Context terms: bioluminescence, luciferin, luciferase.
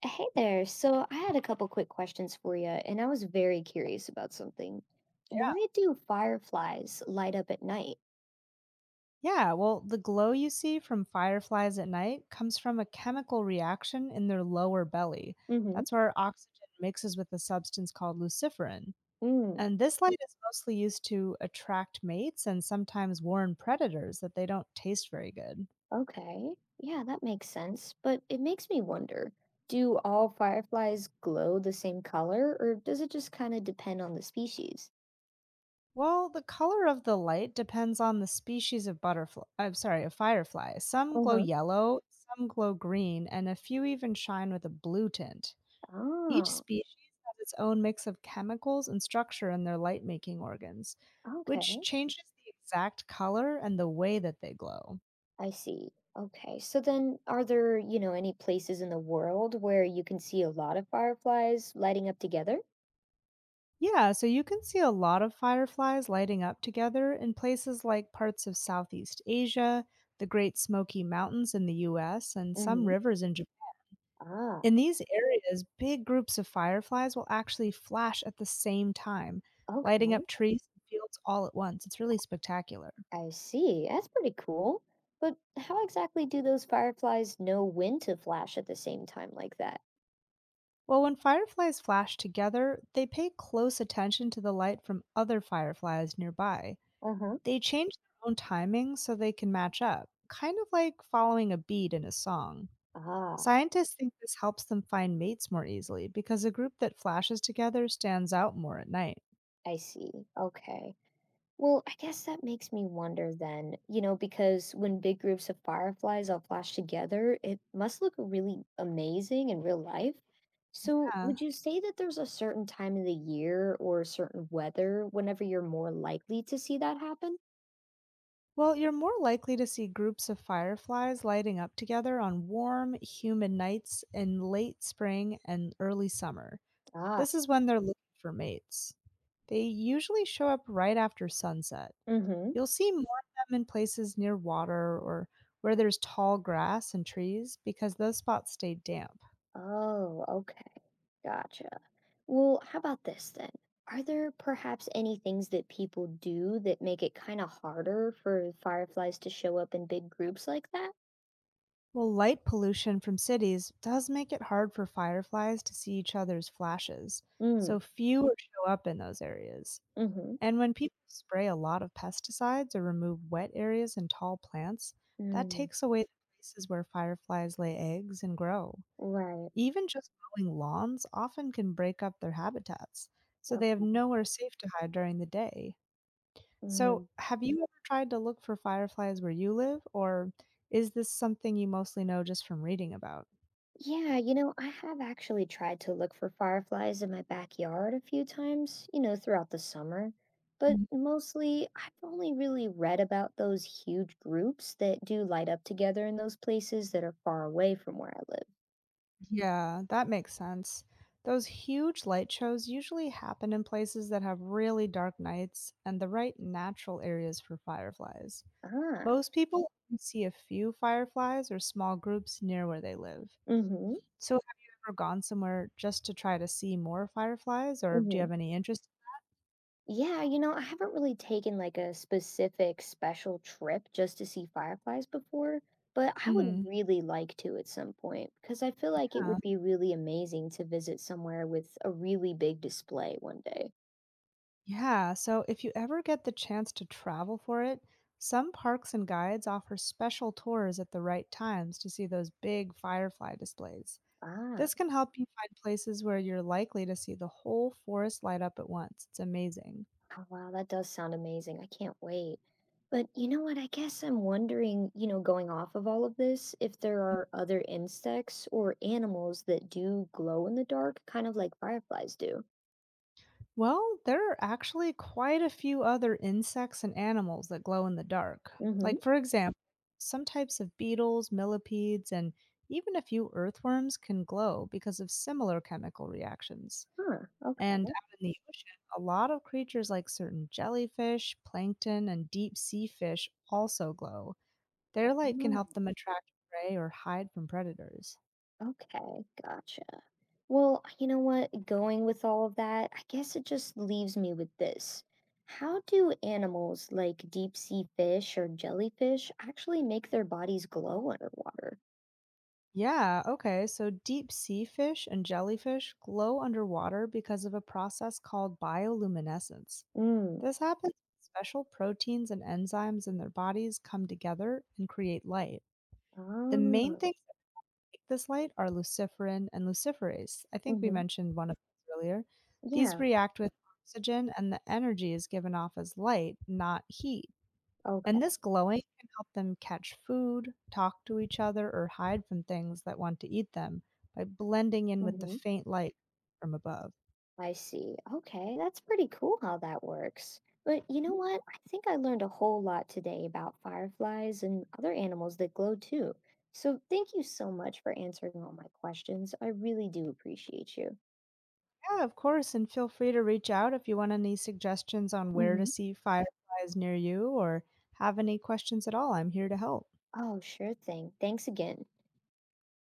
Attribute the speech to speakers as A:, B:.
A: Hey there. So I had a couple quick questions for you, and I was very curious about something.
B: Yeah.
A: Why do fireflies light up at night?
B: Yeah, well, the glow you see from fireflies at night comes from a chemical reaction in their lower belly.
A: Mm-hmm.
B: That's where oxygen mixes with a substance called luciferin.
A: Mm,
B: And this light is mostly used to attract mates and sometimes warn predators that they don't taste very good.
A: okay. Yeah, that makes sense. But it makes me wonder, do all fireflies glow the same color, or does it just kind of depend on the species?
B: Well, the color of the light depends on the species of butterfly. I'm sorry, of firefly. Some glow
A: Mm-hmm.
B: yellow, some glow green, and a few even shine with a blue tint. Each
A: Oh,
B: species has its own mix of chemicals and structure in their light making organs, which
A: okay.
B: changes the exact color and the way that they glow.
A: I see. Okay. So then, are there, you know, any places in the world where you can see a lot of fireflies lighting up together?
B: Yeah, so you can see a lot of fireflies lighting up together in places like parts of Southeast Asia, the Great Smoky Mountains in the US, and some
A: Mm-hmm.
B: rivers in Japan.
A: Ah.
B: In these areas, big groups of fireflies will actually flash at the same time,
A: Okay,
B: lighting up trees and fields all at once. It's really spectacular.
A: I see. That's pretty cool. But how exactly do those fireflies know when to flash at the same time like that?
B: Well, when fireflies flash together, they pay close attention to the light from other fireflies nearby.
A: Uh-huh.
B: They change their own timing so they can match up, kind of like following a beat in a song.
A: Ah,
B: Scientists think this helps them find mates more easily because a group that flashes together stands out more at night.
A: I see. Okay. Well, I guess that makes me wonder then, you know, because when big groups of fireflies all flash together, it must look really amazing in real life. So,
B: Yeah.
A: would you say that there's a certain time of the year or certain weather whenever you're more likely to see that happen?
B: Well, you're more likely to see groups of fireflies lighting up together on warm, humid nights in late spring and early summer.
A: Ah.
B: This is when they're looking for mates. They usually show up right after sunset.
A: Mm-hmm.
B: You'll see more of them in places near water or where there's tall grass and trees because those spots stay damp.
A: Oh, okay. Gotcha. Well, how about this then? Are there perhaps any things that people do that make it kind of harder for fireflies to show up in big groups like that?
B: Well, light pollution from cities does make it hard for fireflies to see each other's flashes,
A: Mm,
B: so fewer show up in those areas.
A: mm-hmm.
B: And when people spray a lot of pesticides or remove wet areas and tall plants, that
A: Mm,
B: takes away the places where fireflies lay eggs and grow.
A: right.
B: Even just mowing lawns often can break up their habitats, so they have
A: Okay.
B: nowhere safe to hide during the day.
A: Mm.
B: So, have you ever tried to look for fireflies where you live, or is this something you mostly know just from reading about?
A: Yeah, you know, I have actually tried to look for fireflies in my backyard a few times, you know, throughout the summer, but
B: Mm.
A: mostly I've only really read about those huge groups that do light up together in those places that are far away from where I live.
B: Yeah, that makes sense. Those huge light shows usually happen in places that have really dark nights and the right natural areas for fireflies.
A: Ah.
B: Most people only see a few fireflies or small groups near where they live.
A: Mm-hmm.
B: So, have you ever gone somewhere just to try to see more fireflies, or do you
A: Mm-hmm.
B: have any interest?
A: Yeah, you know, I haven't really taken like a specific special trip just to see fireflies before, but I would
B: Mhm.
A: really like to at some point because I feel like it
B: Yeah.
A: would be really amazing to visit somewhere with a really big display one day.
B: Yeah. So, if you ever get the chance to travel for it, some parks and guides offer special tours at the right times to see those big firefly displays.
A: Ah,
B: This can help you find places where you're likely to see the whole forest light up at once. It's amazing.
A: oh, wow, that does sound amazing. I can't wait. But you know what? I guess I'm wondering, you know, going off of all of this, if there are other insects or animals that do glow in the dark, kind of like fireflies do.
B: Well, there are actually quite a few other insects and animals that glow in the dark.
A: Mm-hmm.
B: Like, for example, some types of beetles, millipedes, and even a few earthworms can glow because of similar chemical reactions.
A: Huh.
B: And out in the ocean, a lot of creatures like certain jellyfish, plankton, and deep sea fish also glow. Their light can help
A: Okay.
B: them attract prey or hide from predators.
A: Okay, gotcha. Well, you know what? Going with all of that, I guess it just leaves me with this. How do animals like deep sea fish or jellyfish actually make their bodies glow underwater?
B: Yeah, okay. So deep sea fish and jellyfish glow underwater because of a process called bioluminescence.
A: Mm.
B: This happens when special proteins and enzymes in their bodies come together and create light. The main
A: Ah.
B: things that make this light are luciferin and luciferase. I think we
A: Mm-hmm.
B: mentioned one of those earlier. These
A: Yeah.
B: react with oxygen, and the energy is given off as light, not heat.
A: Okay.
B: And this glowing can help them catch food, talk to each other, or hide from things that want to eat them by blending in with the
A: Mm-hmm.
B: faint light from above.
A: I see. Okay, that's pretty cool how that works. But you know
B: Mm.
A: what? I think I learned a whole lot today about fireflies and other animals that glow too. So thank you so much for answering all my questions. I really do appreciate you.
B: Yeah, of course. And feel free to reach out if you want any suggestions on where to
A: Hmm.
B: see fireflies near you or have any questions at all. I'm here to help.
A: Oh, sure thing. Thanks again.